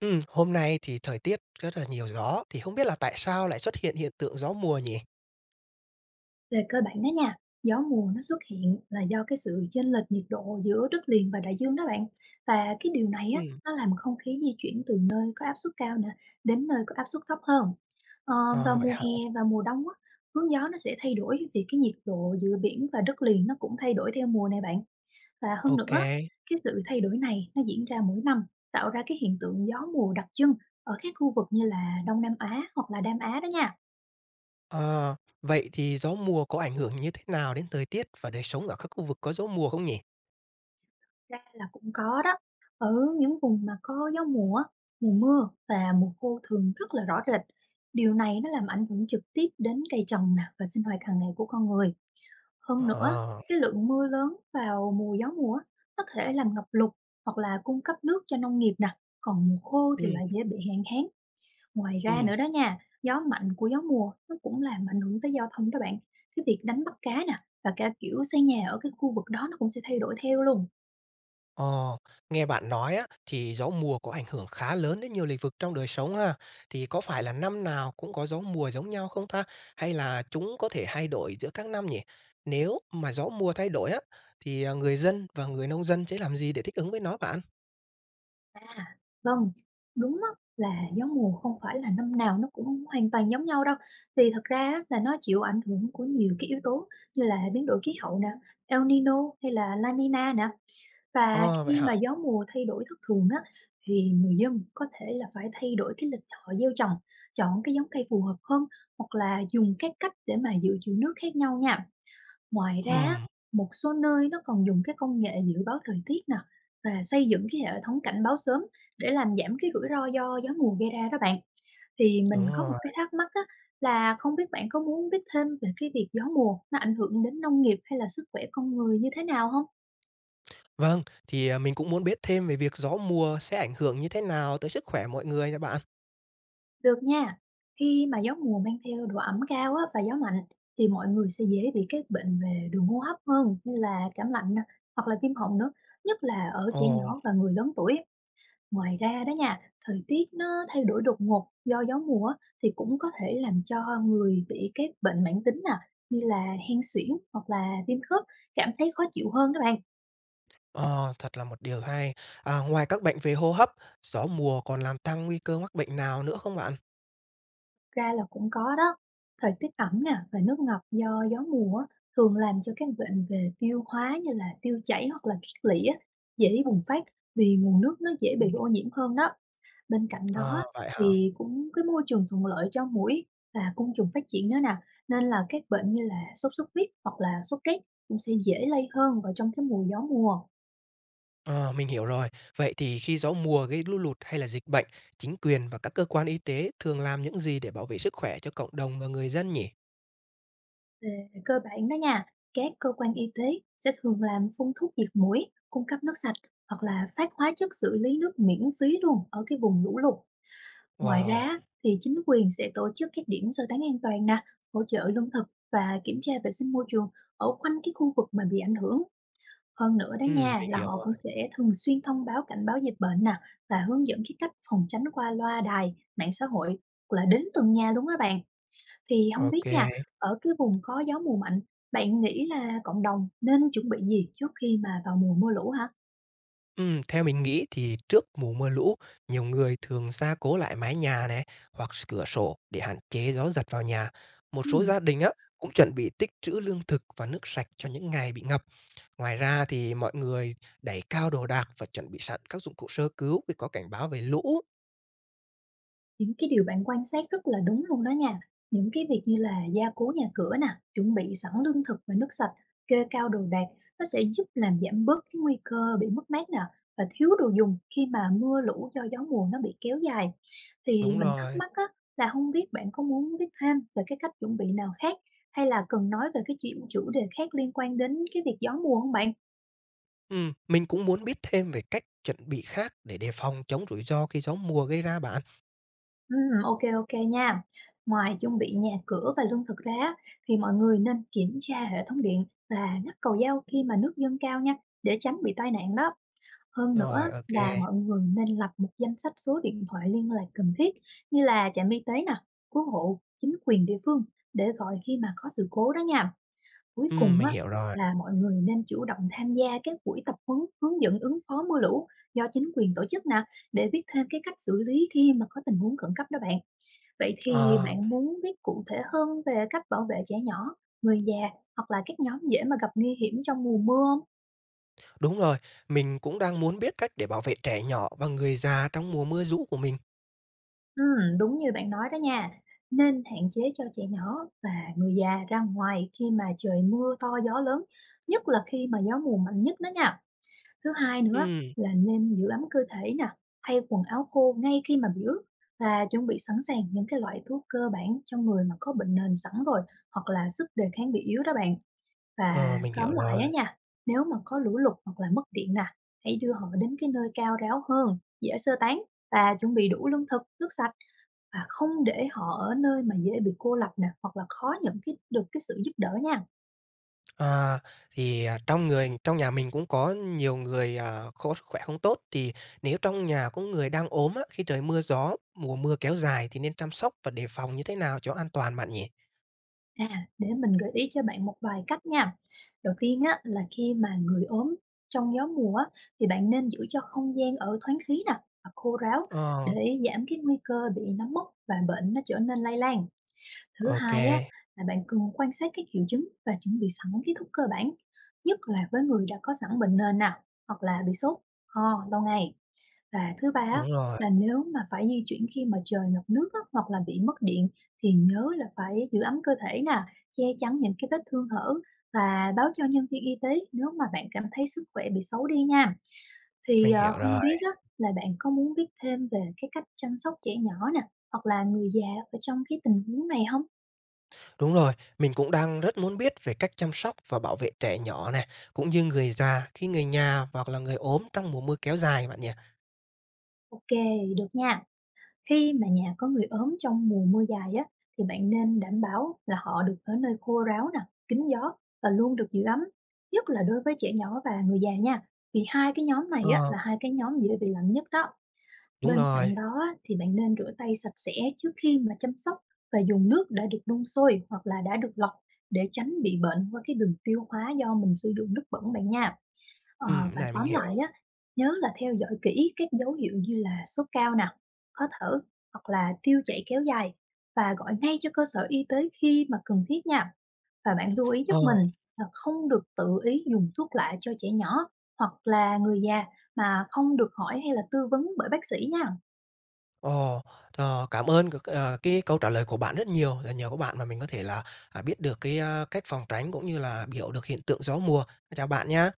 Hôm nay thì thời tiết rất là nhiều gió, thì không biết là tại sao lại xuất hiện hiện tượng gió mùa nhỉ? Về cơ bản đó nha, gió mùa nó xuất hiện là do cái sự chênh lệch nhiệt độ giữa đất liền và đại dương đó bạn. Và cái điều này á, Ừm. nó làm không khí di chuyển từ nơi có áp suất cao nè đến nơi có áp suất thấp hơn. Ờ, Vào Ờ, vậy mùa hả? hè và mùa đông á, hướng gió nó sẽ thay đổi vì cái nhiệt độ giữa biển và đất liền nó cũng thay đổi theo mùa này bạn. Và hơn Ok nữa, kê. cái sự thay đổi này nó diễn ra mỗi năm, tạo ra cái hiện tượng gió mùa đặc trưng ở các khu vực như là Đông Nam Á hoặc là Nam Á đó nha. Ờ, Vậy thì gió mùa có ảnh hưởng như thế nào đến thời tiết và đời sống ở các khu vực có gió mùa không nhỉ? Ra là cũng có đó. Ở những vùng mà có gió mùa, mùa mưa và mùa khô thường rất là rõ rệt. Điều này nó làm ảnh hưởng trực tiếp đến cây trồng nè và sinh hoạt hàng ngày của con người. Hơn nữa, Ờ. cái lượng mưa lớn vào mùa gió mùa á, nó có thể làm ngập lụt hoặc là cung cấp nước cho nông nghiệp nè. Còn mùa khô thì Ừm. lại dễ bị hạn hán. Ngoài ra Ừm. nữa đó nha, gió mạnh của gió mùa nó cũng làm ảnh hưởng tới giao thông đó bạn. Cái việc đánh bắt cá nè và cả kiểu xây nhà ở cái khu vực đó nó cũng sẽ thay đổi theo luôn. Ồ, Nghe bạn nói á, thì gió mùa có ảnh hưởng khá lớn đến nhiều lĩnh vực trong đời sống ha. Thì có phải là năm nào cũng có gió mùa giống nhau không ta? Hay là chúng có thể thay đổi giữa các năm nhỉ? Nếu mà gió mùa thay đổi á, thì người dân và người nông dân sẽ làm gì để thích ứng với nó bạn? À, vâng, đúng á, là gió mùa không phải là năm nào nó cũng hoàn toàn giống nhau đâu. Thì thật ra á, là nó chịu ảnh hưởng của nhiều cái yếu tố như là biến đổi khí hậu nè, El Nino hay là La Nina nè. Và Ờ, vậy khi hả? mà gió mùa thay đổi thất thường á, thì người dân có thể là phải thay đổi cái lịch họ gieo trồng, chọn cái giống cây phù hợp hơn hoặc là dùng các cách để mà dự trữ nước khác nhau nha. Ngoài ra á, Ừm, một số nơi nó còn dùng cái công nghệ dự báo thời tiết nè và xây dựng cái hệ thống cảnh báo sớm để làm giảm cái rủi ro do gió mùa gây ra đó bạn. Thì mình đúng có một rồi. cái thắc mắc á, là không biết bạn có muốn biết thêm về cái việc gió mùa nó ảnh hưởng đến nông nghiệp hay là sức khỏe con người như thế nào không? Vâng, thì mình cũng muốn biết thêm về việc gió mùa sẽ ảnh hưởng như thế nào tới sức khỏe mọi người nha bạn. Được nha. Khi mà gió mùa mang theo độ ẩm cao á, và gió mạnh thì mọi người sẽ dễ bị các bệnh về đường hô hấp hơn như là cảm lạnh nè, hoặc là viêm họng nữa, nhất là ở trẻ Ồ. nhỏ và người lớn tuổi. Ngoài ra đó nha, thời tiết nó thay đổi đột ngột do gió mùa á, thì cũng có thể làm cho người bị các bệnh mãn tính nè, như là hen suyễn hoặc là viêm khớp cảm thấy khó chịu hơn đó bạn. Ờ, thật là một điều hay. À, ngoài các bệnh về hô hấp, gió mùa còn làm tăng nguy cơ mắc bệnh nào nữa không bạn? Ra là cũng có đó. Thời tiết ẩm nè và nước ngọt do gió mùa á, thường làm cho các bệnh về tiêu hóa như là tiêu chảy hoặc là kiết lỵ á, dễ bùng phát vì nguồn nước nó dễ Ừm. bị ô nhiễm hơn đó. Bên cạnh đó á, Ờ, vậy hả? thì cũng cái môi trường thuận lợi cho muỗi và côn trùng phát triển nữa nè, nên là các bệnh như là sốt xuất huyết hoặc là sốt rét cũng sẽ dễ lây hơn vào trong cái mùa gió mùa. Ờ, mình hiểu rồi. Vậy thì khi gió mùa gây lũ lụt hay là dịch bệnh, chính quyền và các cơ quan y tế thường làm những gì để bảo vệ sức khỏe cho cộng đồng và người dân nhỉ? Về cơ bản đó nha, các cơ quan y tế sẽ thường làm phun thuốc diệt muỗi, cung cấp nước sạch hoặc là phát hóa chất xử lý nước miễn phí luôn ở cái vùng lũ lụt. Ngoài Wow! ra thì chính quyền sẽ tổ chức các điểm sơ tán an toàn nè, hỗ trợ lương thực và kiểm tra vệ sinh môi trường ở quanh cái khu vực mà bị ảnh hưởng. Hơn nữa đó nha, Mình là hiểu họ cũng rồi. sẽ thường xuyên thông báo cảnh báo dịch bệnh nè và hướng dẫn cái cách phòng tránh qua loa đài, mạng xã hội hoặc là đến từng nhà luôn á bạn. Thì không biết OK. nha, ở cái vùng có gió mùa mạnh, bạn nghĩ là cộng đồng nên chuẩn bị gì trước khi mà vào mùa mưa lũ hả? Theo mình nghĩ thì trước mùa mưa lũ, nhiều người thường gia cố lại mái nhà này hoặc cửa sổ để hạn chế gió giật vào nhà. Một số Ừm. gia đình á cũng chuẩn bị tích trữ lương thực và nước sạch cho những ngày bị ngập. Ngoài ra thì mọi người đẩy cao đồ đạc và chuẩn bị sẵn các dụng cụ sơ cứu khi có cảnh báo về lũ. Những cái điều bạn quan sát rất là đúng luôn đó nha. Những cái việc như là gia cố nhà cửa nè, chuẩn bị sẵn lương thực và nước sạch, kê cao đồ đạc, nó sẽ giúp làm giảm bớt cái nguy cơ bị mất mát nè và thiếu đồ dùng khi mà mưa lũ do gió mùa nó bị kéo dài. Thì Đúng mình thắc rồi. mắc á, là không biết bạn có muốn biết thêm về cái cách chuẩn bị nào khác hay là cần nói về cái chuyện chủ đề khác liên quan đến cái việc gió mùa không bạn? Mình cũng muốn biết thêm về cách chuẩn bị khác để đề phòng chống rủi ro khi gió mùa gây ra bạn. Ok kê, nha. Ngoài chuẩn bị nhà cửa và lương thực ra á, thì mọi người nên kiểm tra hệ thống điện và ngắt cầu dao khi mà nước dâng cao nha, để tránh bị tai nạn đó. Hơn nữa Rồi, ok. là mọi người nên lập một danh sách số điện thoại liên lạc cần thiết như là trạm y tế nè, cứu hộ, chính quyền địa phương để gọi khi mà có sự cố đó nha. Cuối cùng Mình á hiểu rồi. là mọi người nên chủ động tham gia các buổi tập huấn hướng dẫn ứng phó mưa lũ do chính quyền tổ chức nè, để biết thêm cái cách xử lý khi mà có tình huống khẩn cấp đó bạn. Vậy thì Ờ. bạn muốn biết cụ thể hơn về cách bảo vệ trẻ nhỏ, người già hoặc là các nhóm dễ mà gặp nguy hiểm trong mùa mưa không? Đúng rồi, mình cũng đang muốn biết cách để bảo vệ trẻ nhỏ và người già trong mùa mưa giũ của mình. Đúng như bạn nói đó nha. Nên hạn chế cho trẻ nhỏ và người già ra ngoài khi mà trời mưa to gió lớn, nhất là khi mà gió mùa mạnh nhất đó nha. Thứ hai nữa Ừm, là nên giữ ấm cơ thể nè, thay quần áo khô ngay khi mà bị ướt và chuẩn bị sẵn sàng những cái loại thuốc cơ bản cho người mà có bệnh nền sẵn rồi hoặc là sức đề kháng bị yếu đó bạn. Và ờ, mình tóm hiểu lại á rồi. nha, nếu mà có lũ lụt hoặc là mất điện nè, hãy đưa họ đến cái nơi cao ráo hơn, dễ sơ tán và chuẩn bị đủ lương thực, nước sạch và không để họ ở nơi mà dễ bị cô lập nè hoặc là khó nhận cái được cái sự giúp đỡ nha. À, thì, trong người trong nhà mình cũng có nhiều người, có sức khỏe không tốt, thì nếu trong nhà có người đang ốm á, khi trời mưa gió, mùa mưa kéo dài thì nên chăm sóc và đề phòng như thế nào cho an toàn bạn nhỉ? À, để mình gợi ý cho bạn một vài cách nha. Đầu tiên á là khi mà người ốm trong gió mùa á, thì bạn nên giữ cho không gian ở thoáng khí nè và khô ráo Ờ, để giảm cái nguy cơ bị nấm mốc và bệnh nó trở nên lây lan. Thứ ô hai á, là bạn cần quan sát các triệu chứng và chuẩn bị sẵn kiến thức cơ bản, nhất là với người đã có sẵn bệnh nền nào hoặc là bị sốt, ho lâu ngày. Và thứ ba á, đúng rồi, là nếu mà phải di chuyển khi mà trời ngập nước á, hoặc là bị mất điện thì nhớ là phải giữ ấm cơ thể nè, che chắn những cái vết thương hở và báo cho nhân viên y tế nếu mà bạn cảm thấy sức khỏe bị xấu đi nha. Thì mình hiểu không rồi. biết á, là bạn có muốn biết thêm về cái cách chăm sóc trẻ nhỏ nè hoặc là người già ở trong cái tình huống này không? Đúng rồi, mình cũng đang rất muốn biết về cách chăm sóc và bảo vệ trẻ nhỏ này, cũng như người già khi người nhà hoặc là người ốm trong mùa mưa kéo dài bạn nhỉ? OK được nha. Khi mà nhà có người ốm trong mùa mưa dài á, thì bạn nên đảm bảo là họ được ở nơi khô ráo nè, kín gió và luôn được giữ ấm, nhất là đối với trẻ nhỏ và người già nha. Vì hai cái nhóm này á, Ờ, là hai cái nhóm dễ bị lạnh nhất đó. đúng Bên rồi, cạnh đó á, thì bạn nên rửa tay sạch sẽ trước khi mà chăm sóc và dùng nước đã được đun sôi hoặc là đã được lọc để tránh bị bệnh qua cái đường tiêu hóa do mình sử dụng nước bẩn bạn nha. Ờ, cái và này mình tóm lại hiểu. á, nhớ là theo dõi kỹ các dấu hiệu như là sốt cao nè, khó thở hoặc là tiêu chảy kéo dài và gọi ngay cho cơ sở y tế khi mà cần thiết nha. Và bạn lưu ý Ờ, giúp mình là không được tự ý dùng thuốc lạ cho trẻ nhỏ hoặc là người già mà không được hỏi hay là tư vấn bởi bác sĩ nha. ồ, cảm ơn cái câu trả lời của bạn rất nhiều, là nhờ có bạn mà mình có thể là, biết được cái, cách phòng tránh cũng như là hiểu được hiện tượng gió mùa. Chào bạn nhé.